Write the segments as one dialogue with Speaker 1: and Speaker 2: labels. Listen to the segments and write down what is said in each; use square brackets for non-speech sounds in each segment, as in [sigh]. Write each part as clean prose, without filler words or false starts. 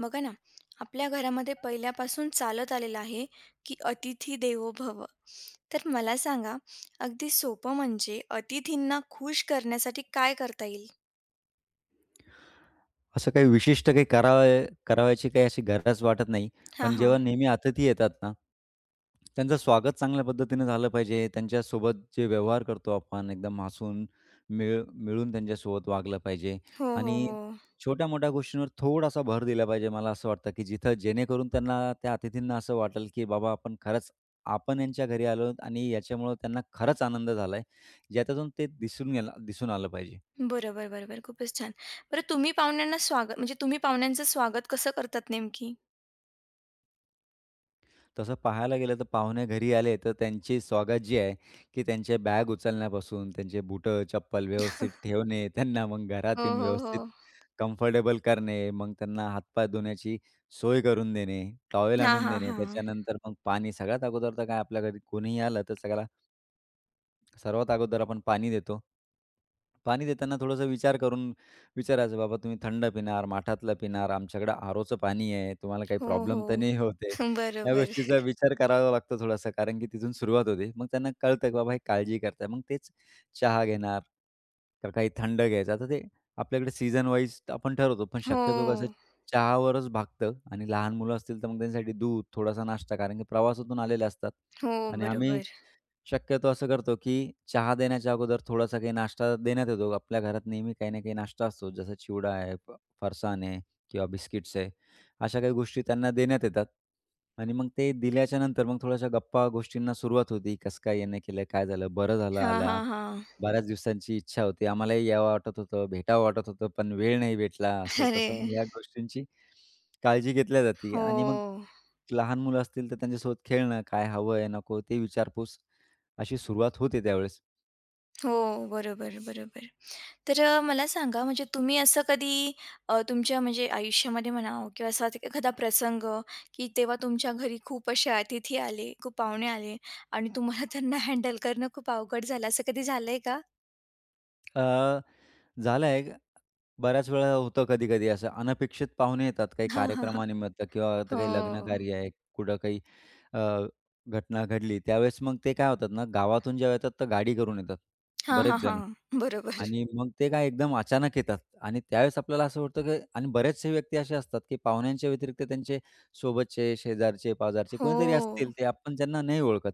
Speaker 1: बघा ना आपल्या घरामध्ये पहिल्यापासून चालत आलेलं आहे की अतिथी देवो भव. तर मला सांगा अगदी सोपं म्हणजे अतिथींना खुश करण्यासाठी काय करता येईल.
Speaker 2: असं काही विशिष्ट काही करावयाची काही अशी गरज वाटत नाही.
Speaker 1: हां
Speaker 2: पण
Speaker 1: हां.
Speaker 2: जेव्हा नेहमी अतिथी येतात ना, त्यांचं स्वागत चांगल्या पद्धतीनं झालं पाहिजे. त्यांच्यासोबत जे व्यवहार करतो आपण एकदम हसून मिळून त्यांच्यासोबत वागलं पाहिजे
Speaker 1: हो हो
Speaker 2: आणि
Speaker 1: हो.
Speaker 2: छोट्या-मोठ्या गोष्टींवर थोडासा भर दिला पाहिजे. मला असं वाटतं, की जिथं जेणेकरून त्यांना त्या अतिथींना असं वाटेल, की बाबा आपण यांच्या घरी आलो आणि याच्यामुळं त्यांना खरंच आनंद झालाय. ज्याच्यातून ते दिसून आलं पाहिजे.
Speaker 1: बरोबर बरोबर, खूपच छान. बरं तुम्ही पाहुण्यांना स्वागत म्हणजे तुम्ही पाहुण्यांचं स्वागत कसं करतात नेमकी.
Speaker 2: तसं पाहायला गेलं तर पाहुणे घरी आले तर त्यांची स्वागत जी आहे, की त्यांचे बॅग उचलण्यापासून, त्यांचे बुटं, चप्पल व्यवस्थित ठेवणे, त्यांना मग घरात
Speaker 1: हो
Speaker 2: येऊन
Speaker 1: हो हो.
Speaker 2: व्यवस्थित कम्फर्टेबल करणे, मग त्यांना हातपाय धुण्याची सोय करून देणे, टॉवेल
Speaker 1: हां
Speaker 2: आणून
Speaker 1: हां
Speaker 2: देणे,
Speaker 1: हां.
Speaker 2: त्याच्यानंतर मग पाणी सगळ्यात अगोदर तर काय आपल्या घरी कोणीही आलं तर सगळ्याला सर्वात अगोदर आपण पाणी देतो. पाणी देताना थोडासा विचार करून विचारायचं, "बाबा तुम्ही थंड पिणार, माठातलं पिणार, आमच्याकडे आरओचं पाणी आहे, तुम्हाला काही
Speaker 1: हो
Speaker 2: प्रॉब्लेम
Speaker 1: हो.
Speaker 2: तर नाही होत?"
Speaker 1: [laughs]
Speaker 2: या
Speaker 1: बरोबर.
Speaker 2: गोष्टीचा विचार करावा लागतो थोडासा, कारण की तिथून सुरुवात होते. मग त्यांना कळतं की बाबा हे काळजी करताय. मग तेच चहा घेणार का काही थंड घ्यायचं. आता ते आपल्याकडे सीझन वाईज आपण ठरवतो, पण
Speaker 1: हो
Speaker 2: शक्यतो कसं चहावरच भागतं आणि लहान मुलं असतील तर मग त्यांच्यासाठी दूध, थोडासा नाश्ता कारण की प्रवासातून आलेले असतात
Speaker 1: हो.
Speaker 2: आणि आम्ही
Speaker 1: बरोबर.
Speaker 2: शक्यतो असं करतो, की चहा देण्याच्या अगोदर थोडासा काही नाश्ता देण्यात येतो. आपल्या घरात नेहमी काही ना काही नाश्ता असतो. जसं चिवडा आहे, फरसाण आहे किंवा बिस्किट्स आहे. अशा काही गोष्टी त्यांना देण्यात येतात आणि मग ते दिल्याच्या नंतर मग थोड्याशा गप्पा गोष्टींना सुरुवात होती. कसं काय याने केलं? काय झालं? बरं झालं
Speaker 1: हां
Speaker 2: आला.
Speaker 1: हां हां.
Speaker 2: बऱ्याच दिवसांची इच्छा होती. आम्हालाही यावं वाटत होतं, भेटावं वाटत होतं, पण वेळ नाही भेटला. असं तसं
Speaker 1: अरे.
Speaker 2: मग या गोष्टींची काळजी घेतल्या जाते आणि मग
Speaker 1: हो
Speaker 2: लहान मुलं असतील तर त्यांच्यासोबत खेळणं, काय हवं आहे, नको ते विचारपूस अशी सुरुवात होते त्यावेळेस.
Speaker 1: हो. बरोबर बरोबर. तर मला सांगा म्हणजे तुम्ही असं कधी तुमच्या म्हणजे आयुष्यामध्ये म्हणा किंवा असा एखादा प्रसंग की तेव्हा तुमच्या घरी खूप असे अतिथी आले, खूप पाहुणे आले आणि तुम्हाला त्यांना हँडल करणं खूप अवघड झालं, असं कधी झालंय का?
Speaker 2: अ, झालं आहे बऱ्याच वेळा होतं कधी-कधी असं अनपेक्षित पाहुणे येतात काही
Speaker 1: हां, हां, हां.
Speaker 2: कार्यक्रमानिमित्त किंवा आता
Speaker 1: हो.
Speaker 2: काही लग्नकार्य आहे, कुठं काही अ, घटना घडली. त्यावेळेस मग ते काय होतात ना, गावातून जेव्हा येतात तर गाडी करून येतात
Speaker 1: हां, हां,
Speaker 2: बरेच जण
Speaker 1: हां. बरोबर.
Speaker 2: आणि मग ते काय एकदम अचानक येतात आणि त्यावेळेस आपल्याला असं वाटतं, की आणि बरेचसे व्यक्ती असे असतात, की पाहुण्यांच्या व्यतिरिक्त त्यांचे सोबतचे, शेजारचे, पाजारचे कोणीतरी असतील,
Speaker 1: हो.
Speaker 2: ते आपण त्यांना नाही ओळखत.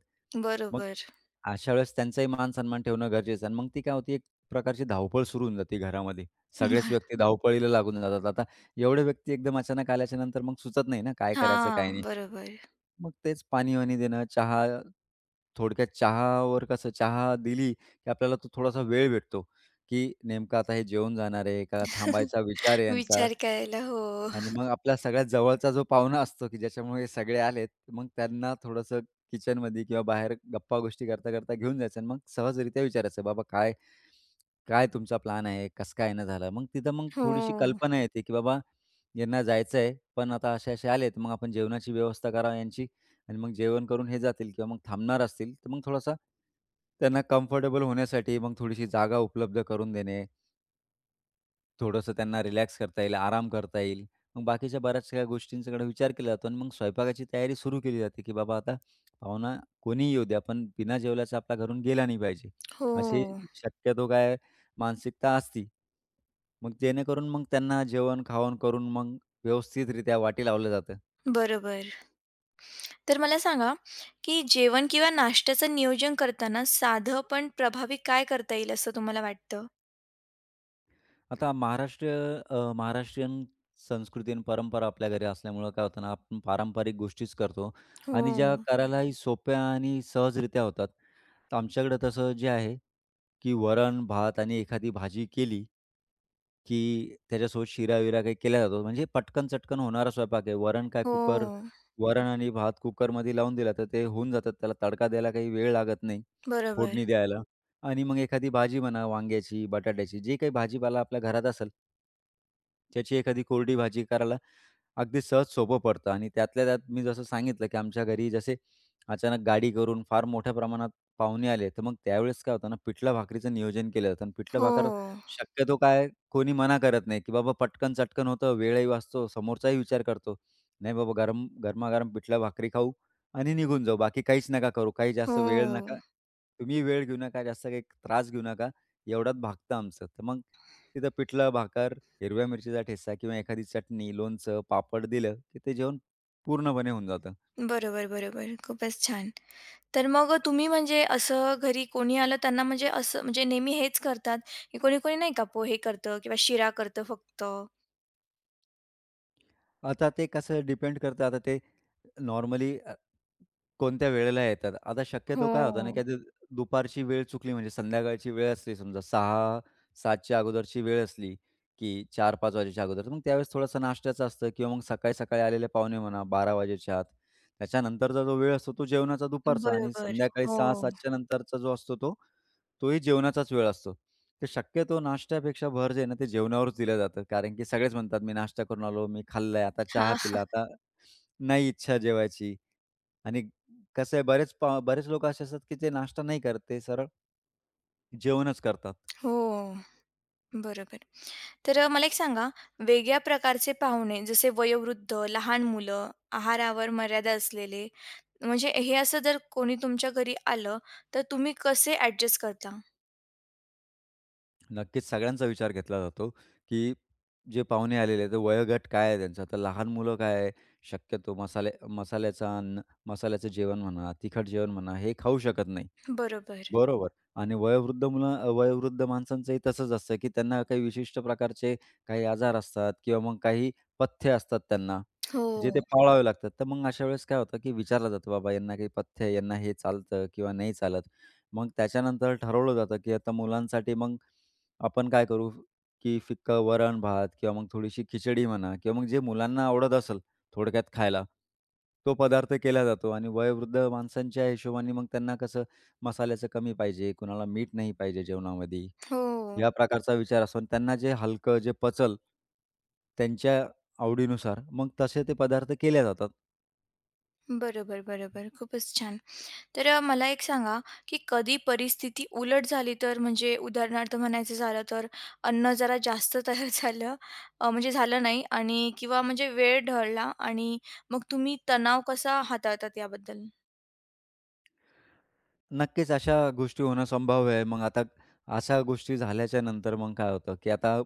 Speaker 2: मग
Speaker 1: बरोबर.
Speaker 2: अशा वेळेस त्यांचाही मान-सन्मान ठेवणं गरजेचं आहे आणि मग ती काय होती, एक प्रकारची धावपळ सुरू होऊन जाते घरामध्ये. सगळेच व्यक्ती धावपळीला लागून जातात. आता एवढे व्यक्ती एकदम अचानक आल्याच्यानंतर मग सुचत नाही ना, काय करायचं काय
Speaker 1: हां,
Speaker 2: नाही.
Speaker 1: बरोबर.
Speaker 2: मग तेच पाणी-वाणी देणं, चहा थोडक्यात चहावर कसं चहा दिली, की आपल्याला तो थोडासा वेळ भेटतो, की नेमकं आता हे जेवून जाणार आहे का
Speaker 1: [laughs]
Speaker 2: थांबायचा विचार आहे यांचा.
Speaker 1: विचार करायला. हो.
Speaker 2: आणि मग आपला सगळ्यात जवळचा जो पाहुणा असतो, की ज्याच्यामुळे सगळे आलेत, मग त्यांना थोडंसं किचनमध्ये किंवा बाहेर गप्पा-गोष्टी करता-करता घेऊन जायचं आणि मग सहजरित्या विचारायचं, "बाबा काय काय तुमचा प्लॅन आहे? कसं काय येणं झालं?" मग तिथं मग थोडीशी
Speaker 1: हो.
Speaker 2: कल्पना येते, की बाबा यांना जायचं आहे, पण आता असे-असे आलेत, मग आपण जेवणाची व्यवस्था करावी यांची आणि मग जेवण करून हे जातील किंवा मग थांबणार असतील, तर मग थोडासा त्यांना कम्फर्टेबल होण्यासाठी मग थोडीशी जागा उपलब्ध करून देणे. थोडंसं त्यांना रिलॅक्स करता येईल, आराम करता येईल. मग बाकीच्या बऱ्याचशा गोष्टींकडे विचार केला जातो आणि मग स्वयंपाकाची तयारी सुरू केली जाते, की बाबा आता पाहुणा कोणीही येऊ द्या, पण बिना जेवल्याचा आपला घरून गेला नाही पाहिजे. अशी
Speaker 1: हो.
Speaker 2: शक्यतो काय मानसिकता असती. मग जेणेकरून मग त्यांना जेवण-खावण करून मग व्यवस्थितरित्या वाटी लावलं जातं.
Speaker 1: बरोबर. तर मला सांगा, की जेवण किंवा नाश्त्याचं नियोजन करताना साधं पण प्रभावी काय करता येईल असं तुम्हाला वाटतं?
Speaker 2: आता महाराष्ट्रीयन संस्कृती आणि परंपरा आपल्या घरी असल्यामुळं काय होतं ना, आपण पारंपरिक गोष्टीच करतो आणि ज्या
Speaker 1: हो.
Speaker 2: करायलाही सोप्या आणि सहजरित्या होतात. तर आमच्याकडे तसं जे आहे, की वरण, भात आणि एखादी भाजी केली की त्याच्यासोबत शिरा-विरा काही केला जातो. म्हणजे पटकन-चटकन होणारा स्वयंपाक आहे. वरण काय
Speaker 1: हो.
Speaker 2: कुकर वरण आणि भात कुकरमध्ये लावून दिला तर ते होऊन जातात. त्याला तडका द्यायला काही वेळ लागत नाही,
Speaker 1: बरोबर.
Speaker 2: फोडणी द्यायला आणि मग एखादी भाजी म्हणा वांग्याची, बटाट्याची, जे काही भाजीपाला आपल्या घरात असेल त्याची एखादी कोरडी भाजी करायला अगदी सहज सोपं पडतं आणि त्यातल्या त्यात मी जसं सांगितलं, की आमच्या घरी जसे अचानक गाडी करून फार मोठ्या प्रमाणात पाहुणे आले, तर मग त्यावेळेस काय होतं ना, पिठलं भाकरीचं नियोजन केलं जातं आणि पिठलं
Speaker 1: हो.
Speaker 2: भाकर शक्यतो काय कोणी मना करत नाही, की बाबा पटकन-चटकन होतं, वेळही वाचतो, समोरचाही विचार करतो. नाही बाबा गरम गरमागरम पिठलं भाकरी खाऊ आणि निघून जाऊ. बाकी काहीच नका करू, काही जास्त
Speaker 1: हो.
Speaker 2: वेळ नका तुम्हीही वेळ घेऊ नका, जास्त काही त्रास घेऊ नका, एवढ्यात भागतं आमचं. तर मग तिथं पिठलं भाकर हिरव्या मिरचीचा ठेचा किंवा एखादी चटणी, लोणचं, पापड दिलं, की ते जेवण पूर्णपणे होऊन जातं.
Speaker 1: बरोबर, बरोबर. खूपच छान. तर मग तुम्ही म्हणजे असं घरी कोणी आलं त्यांना म्हणजे असं म्हणजे नेहमी हेच करतात, की कोणी-कोणी नाही का पोहे करतं किंवा शिरा करतं फक्त.
Speaker 2: आता ते कसं डिपेंड करतं, आता ते नॉर्मली कोणत्या वेळेला येतात. आता शक्यतो काय होतं ना, की
Speaker 1: हो.
Speaker 2: आता दुपारची वेळ चुकली म्हणजे संध्याकाळची वेळ असली समजा 6-7 च्या अगोदरची वेळ असली, की 4-5 वाजेच्या अगोदर, मग त्यावेळेस थोडासा नाश्त्याचं असतं किंवा मग सकाळी-सकाळी आलेले पाहुणे म्हणा 12 वाजेच्या आत. त्याच्यानंतरचा जो वेळ असतो तो जेवणाचा दुपारचा आणि
Speaker 1: बरोबर.
Speaker 2: संध्याकाळी
Speaker 1: हो.
Speaker 2: 6-7 नंतरचा जो असतो तो तोही जेवणाचाच वेळ असतो. तर शक्यतो नाश्त्यापेक्षा भर जे आहे ना, ते जेवणावरच दिलं जातं. कारण की सगळेच म्हणतात, "मी नाश्ता करून आलो, मी खाल्लंय, आता चहा
Speaker 1: हां.
Speaker 2: पिला, आता नाही इच्छा जेवायची." आणि कसं आहे, बरेच लोकं असे असतात, की ते नाश्ता नाही करत, ते सरळ जेवणच करतात.
Speaker 1: हो. बरोबर. तर मला एक सांगा, वेगळ्या प्रकारचे पाहुणे जसे वयोवृद्ध, लहान मुलं, आहारावर मर्यादा असलेले, म्हणजे हे असं जर कोणी तुमच्या घरी आलं, तर तुम्ही कसे ॲडजस्ट करता?
Speaker 2: नक्कीच सगळ्यांचा विचार घेतला जातो, की जे पाहुणे आलेले आहेत, तर वयोगट काय आहे त्यांचा? तर लहान मुलं काय आहे? शक्यतो मसाल्याचं अन्न, मसाल्याचं जेवण म्हणा, तिखट जेवण म्हणा, हे खाऊ शकत नाही.
Speaker 1: बरोबर.
Speaker 2: बरोबर आणि वयोवृद्ध माणसांचंही तसंच असतं, की त्यांना काही विशिष्ट प्रकारचे काही आजार असतात किंवा मग काही पथ्य असतात त्यांना, जे ते
Speaker 1: हो,
Speaker 2: पाळावे लागतात. तर मग अशा वेळेस काय होतं, की विचारलं जातं, "बाबा यांना काही पथ्य आहे, यांना हे चालतं किंवा नाही चालत." मग त्याच्यानंतर ठरवलं जातं, की आता मुलांसाठी मग आपण काय करू, की फिक्कं वरण-भात किंवा मग थोडीशी खिचडी म्हणा किंवा मग जे मुलांना आवडत असेल थोडक्यात खायला, तो पदार्थ केला जातो आणि वयोवृद्ध माणसांच्या हिशोबाने मग त्यांना कसं मसाल्याचं कमी पाहिजे, कुणाला मीठ नाही पाहिजे जेवणामध्ये,
Speaker 1: हो.
Speaker 2: या प्रकारचा विचार असतो आणि त्यांना जे हलकं, जे पचल त्यांच्या आवडीनुसार मग तसे ते पदार्थ केले जातात.
Speaker 1: बरोबर, बरोबर. खूपच छान. तर मला एक सांगा, की कधी परिस्थिती उलट झाली तर म्हणजे उदाहरणार्थ म्हणायचं झालं तर अन्न जरा जास्त तयार [laughs] झालं म्हणजे झालं नाही आणि किंवा म्हणजे वेळ ढळला आणि मग तुम्ही तणाव कसा हाताळतात याबद्दल?
Speaker 2: नक्कीच अशा गोष्टी होणं संभाव्य आहे. मग आता अशा गोष्टी झाल्याच्या नंतर मग काय होतं, की आता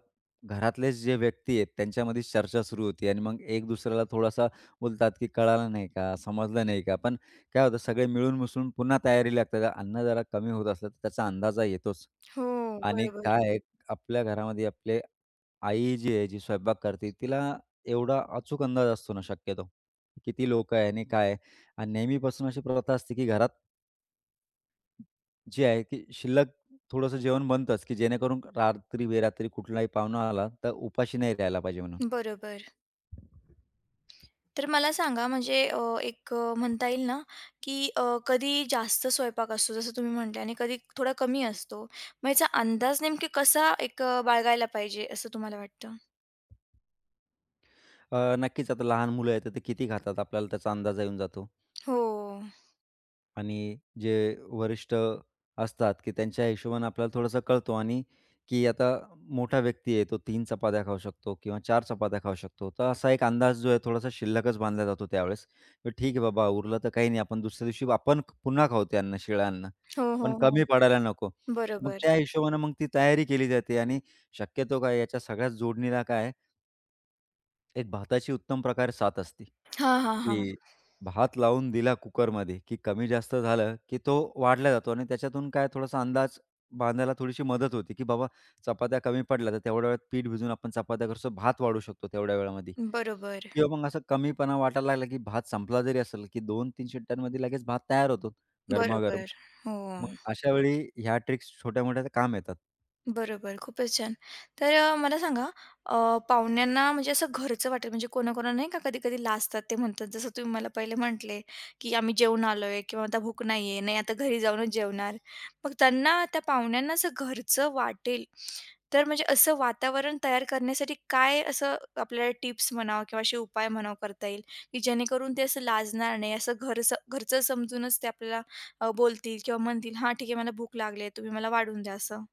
Speaker 2: घरातलेच जे व्यक्ती आहेत त्यांच्यामध्येच चर्चा सुरू होती आणि मग एक दुसऱ्याला थोडासा बोलतात, की "कळालं नाही का? समजलं नाही का?" पण काय होतं सगळे मिळून मिसळून पुन्हा तयारी लागतात. अन्न जरा कमी होत असलं तर त्याचा अंदाजा येतोच.
Speaker 1: हो,
Speaker 2: आणि
Speaker 1: बरोबर,
Speaker 2: काय आहे आपल्या घरामध्ये आपले आई जी आहे, जी स्वयंपाक करते तिला एवढा अचूक अंदाज असतो ना शक्यतो, किती लोकं आहे आणि काय आहे. आणि नेहमीपासून अशी प्रथा असते, की घरात जे आहे की शिल्लक थोडंसं जेवण बनतंच, की जेणेकरून रात्री बेरात्री कुठलाही पाहुणा आला, तर उपाशी नाही राहायला पाहिजे म्हणून.
Speaker 1: बरोबर. तर मला सांगा म्हणजे एक म्हणता येईल ना, की कधी जास्त स्वयंपाक असतो जसं तुम्ही म्हटले आणि कधी थोडा कमी असतो. मग याचा अंदाज नेमकी कसा एक बाळगायला पाहिजे असं तुम्हाला वाटतं?
Speaker 2: नक्कीच आता लहान मुलं आहेत, तर ते किती खातात आपल्याला त्याचा अंदाज येऊन जातो.
Speaker 1: हो.
Speaker 2: आणि जे वरिष्ठ असतात, की त्यांच्या हिशोबाने आपल्याला थोडंसं कळतो आणि की आता मोठा व्यक्ती आहे, तो तीन चपात्या खाऊ शकतो किंवा चार चपात्या खाऊ शकतो. तर असा एक अंदाज जो आहे थोडासा शिल्लकच बांधला जातो त्यावेळेस. तर ठीक आहे बाबा, उरलं तर काही नाही, आपण दुसऱ्या दिवशी पुन्हा खाऊ ते अन्न, शिळं अन्न.
Speaker 1: हो,
Speaker 2: पण
Speaker 1: हो,
Speaker 2: कमी
Speaker 1: हो.
Speaker 2: पडायला नको. मग
Speaker 1: बरोबर.
Speaker 2: त्या हिशोबानं मग ती तयारी केली जाते आणि शक्यतो काय याच्या सगळ्याच जोडणीला काय एक भाताची उत्तम प्रकारे साथ असते,
Speaker 1: हां, हां, हां.
Speaker 2: की भात लावून दिला कुकरमध्ये, की कमी जास्त झालं, की तो वाढला जातो आणि त्याच्यातून काय थोडासा अंदाज बांधायला थोडीशी मदत होती, की बाबा चपात्या कमी पडल्या, तर तेवढ्या वेळात पीठ भिजवून आपण चपात्या करतो, भात वाढू शकतो तेवढ्या वेळामध्ये
Speaker 1: बरोबर,
Speaker 2: किंवा मग असा कमीपणा वाटायला लागला, की भात संपला जरी असेल, की 2-3 शिट्ट्यांमध्ये लगेच भात तयार होतो गरमागरम.
Speaker 1: बरोबर. हो.
Speaker 2: मग अशा वेळी ह्या ट्रिक्स छोट्या-मोठ्या काम येतात.
Speaker 1: बरोबर, खूपच छान. तर मला सांगा अ, पाहुण्यांना म्हणजे असं घरचं वाटेल म्हणजे कोणाकोणाला नाही का कधी-कधी लाजतात ते म्हणतात जसं तुम्ही मला पहिले म्हटले, की आम्ही जेवून आलोय किंवा आता भूक नाहीये, नाही आता घरी जाऊनच जेवणार. मग त्यांना त्या पाहुण्यांना असं घरचं वाटेल, तर म्हणजे असं वातावरण तयार करण्यासाठी काय असं आपल्याला टिप्स म्हणावं किंवा असे उपाय म्हणावं करता येईल, की जेणेकरून ते असं लाजणार नाही, असं घरचं घरचं समजूनच ते आपल्याला बोलतील किंवा म्हणतील, "हां, ठीक आहे मला भूक लागली तुम्ही मला वाढून द्या," असं?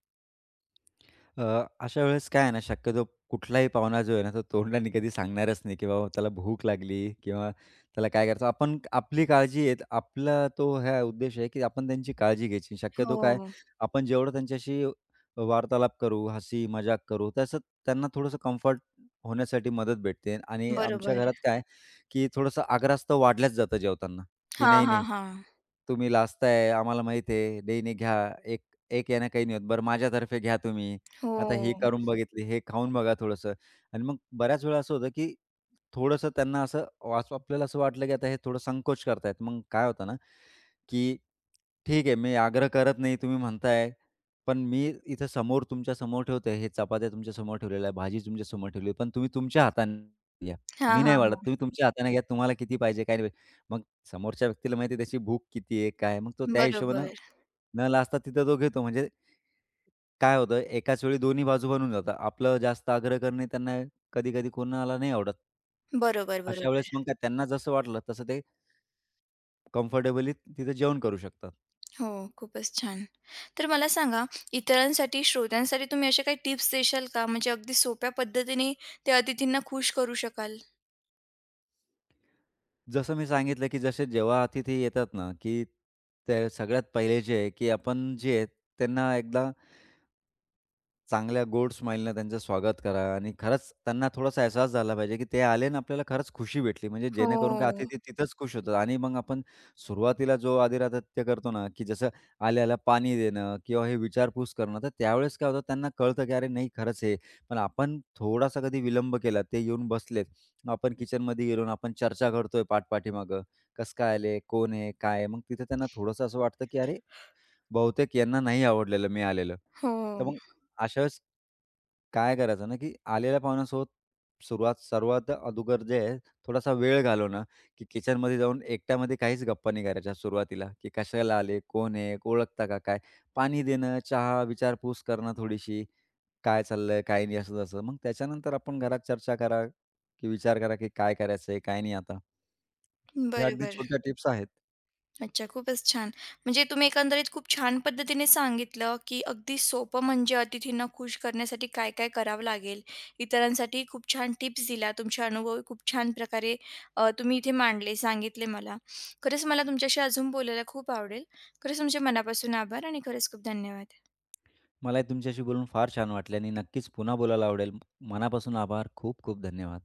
Speaker 2: अ, अशा वेळेस काय आहे ना, शक्यतो कुठलाही पाहुणा जो आहे ना, तो तोंडाने कधी सांगणारच नाही, की बाबा त्याला भूक लागली किंवा त्याला काय करायचं. आपण आपली काळजी आहे, आपला तो हा उद्देश आहे, की आपण त्यांची काळजी घ्यायची. शक्यतो काय,
Speaker 1: हो,
Speaker 2: आपण जेवढं त्यांच्याशी वार्तालाप करू, हसी मजाक करू, तसं त्यांना थोडंसं कम्फर्ट होण्यासाठी मदत भेटते. आणि आमच्या
Speaker 1: बरोबर.
Speaker 2: घरात काय, की थोडंसं आग्रहास्तव वाढल्याच जातं जेवताना, की
Speaker 1: हां,
Speaker 2: "नाही,
Speaker 1: हां,
Speaker 2: नाही,
Speaker 1: हां.
Speaker 2: तुम्ही लाजताय, आम्हाला माहीत आहे. नाही, नाही घ्या. एक एक यानं काही नाही होत. बरं माझ्यातर्फे घ्या तुम्ही." आता हे
Speaker 1: हो.
Speaker 2: करून बघितली, हे खाऊन बघा थोडंसं आणि मग बऱ्याच वेळा असं होतं, की थोडंसं त्यांना असं वास आपल्याला असं वाटलं, की आता हे थोडं संकोच करतायत. मग काय होतं ना, की ठीक आहे, मी आग्रह करत नाही, तुम्ही म्हणताय, पण मी इथं समोर तुमच्या समोर ठेवतोय. हे चपात्या तुमच्या समोर ठेवलेल्या आहे, भाजी तुमच्या समोर ठेवली पण तुम्ही तुमच्या हाताने घ्या.
Speaker 1: हां,
Speaker 2: मी नाही
Speaker 1: हां,
Speaker 2: वाढत.
Speaker 1: हां.
Speaker 2: तुम्ही तुमच्या हाताने घ्या. तुम्हाला किती पाहिजे, काय नाही पाहिजे. मग समोरच्या व्यक्तीला माहिती आहे त्याची भूक किती आहे, काय आहे. मग तो त्या
Speaker 1: बरोबर,
Speaker 2: हिशोबानं न लाजता तिथं तो घेतो. म्हणजे काय होतं एकाच वेळी दोन्ही बाजू बनून जातात. आपलं जास्त आग्रह करणे त्यांना कधी-कधी कोणाला नाही आवडत.
Speaker 1: बरोबर,
Speaker 2: अशा वेळेस मग
Speaker 1: बरोबर.
Speaker 2: काय त्यांना जसं वाटलं तसं ते कम्फर्टेबली तिथे जेवण करू शकतात.
Speaker 1: हो, खूपच छान. तर मला सांगा, इतरांसाठी, श्रोत्यांसाठी तुम्ही अशा काही टिप्स देशाल का? म्हणजे अगदी सोप्या पद्धतीने त्या अतिथींना खुश करू शकाल?
Speaker 2: जसं मी सांगितलं, की जसे जेव्हा अतिथी येतात ना, की ते सगळ्यात पहिले जे आहे, की आपण जे आहे त्यांना एकदा चांगल्या गोड स्माईलनं त्यांचं स्वागत करा आणि खरंच त्यांना थोडासा अहसास झाला पाहिजे, की ते आले आणि आपल्याला खरंच खुशी भेटली. म्हणजे जेणेकरून काय
Speaker 1: हो,
Speaker 2: अतिथी तिथंच खुश होतात आणि मग आपण सुरुवातीला जो आदरातिथ्य करतो ना, की जसं आल्याला पाणी देणं किंवा हे विचारपूस करणं, तर त्यावेळेस काय होतं त्यांना कळतं, की अरे नाही खरंच हे. पण आपण थोडासा कधी विलंब केला, ते येऊन बसलेत. मग आपण किचनमध्ये गेलो आणि आपण चर्चा करतोय पाठपाठीमागं, कसं काय आले, कोण आहे, काय आहे? मग तिथे त्यांना थोडंसं असं वाटतं, की अरे बहुतेक यांना नाही आवडलेलं मी आलेलं.
Speaker 1: हो.
Speaker 2: तर मग अशा वेळेस काय करायचं ना, की आलेल्या पाहुण्यांसोबत सुरुवात सर्वात अगोदर जे आहे, थोडासा वेळ घालवणं, की किचनमध्ये जाऊन एकट्यामध्ये काहीच गप्पा नाही करायच्या सुरुवातीला, की कशाला आले, कोण आहे, ओळखता का काय? पाणी देणं, चहा, विचारपूस करणं थोडीशी, काय चाललंय, काय नाही, असं-तसं. मग त्याच्यानंतर आपण घरात चर्चा करा, की विचार करा, की काय करायचंय, काय नाही आता. ह्या अगदी
Speaker 1: बरोबर.
Speaker 2: छोट्या टिप्स आहेत.
Speaker 1: अच्छा, खूपच छान. म्हणजे तुम्ही एकंदरीत खूप छान पद्धतीने सांगितलं, की अगदी सोपं म्हणजे अतिथींना खुश करण्यासाठी काय-काय करावं लागेल. इतरांसाठी खूप छान टिप्स दिल्या. तुमचे अनुभव खूप छान प्रकारे तुम्ही इथे मांडले, सांगितले मला. खरंच मला तुमच्याशी अजून बोलायला खूप आवडेल. खरंच तुमचे मनापासून आभार आणि खरंच खूप धन्यवाद.
Speaker 2: मलाही तुमच्याशी बोलून फार छान वाटले आणि नक्कीच पुन्हा बोलायला आवडेल. मनापासून आभार. खूप खूप धन्यवाद.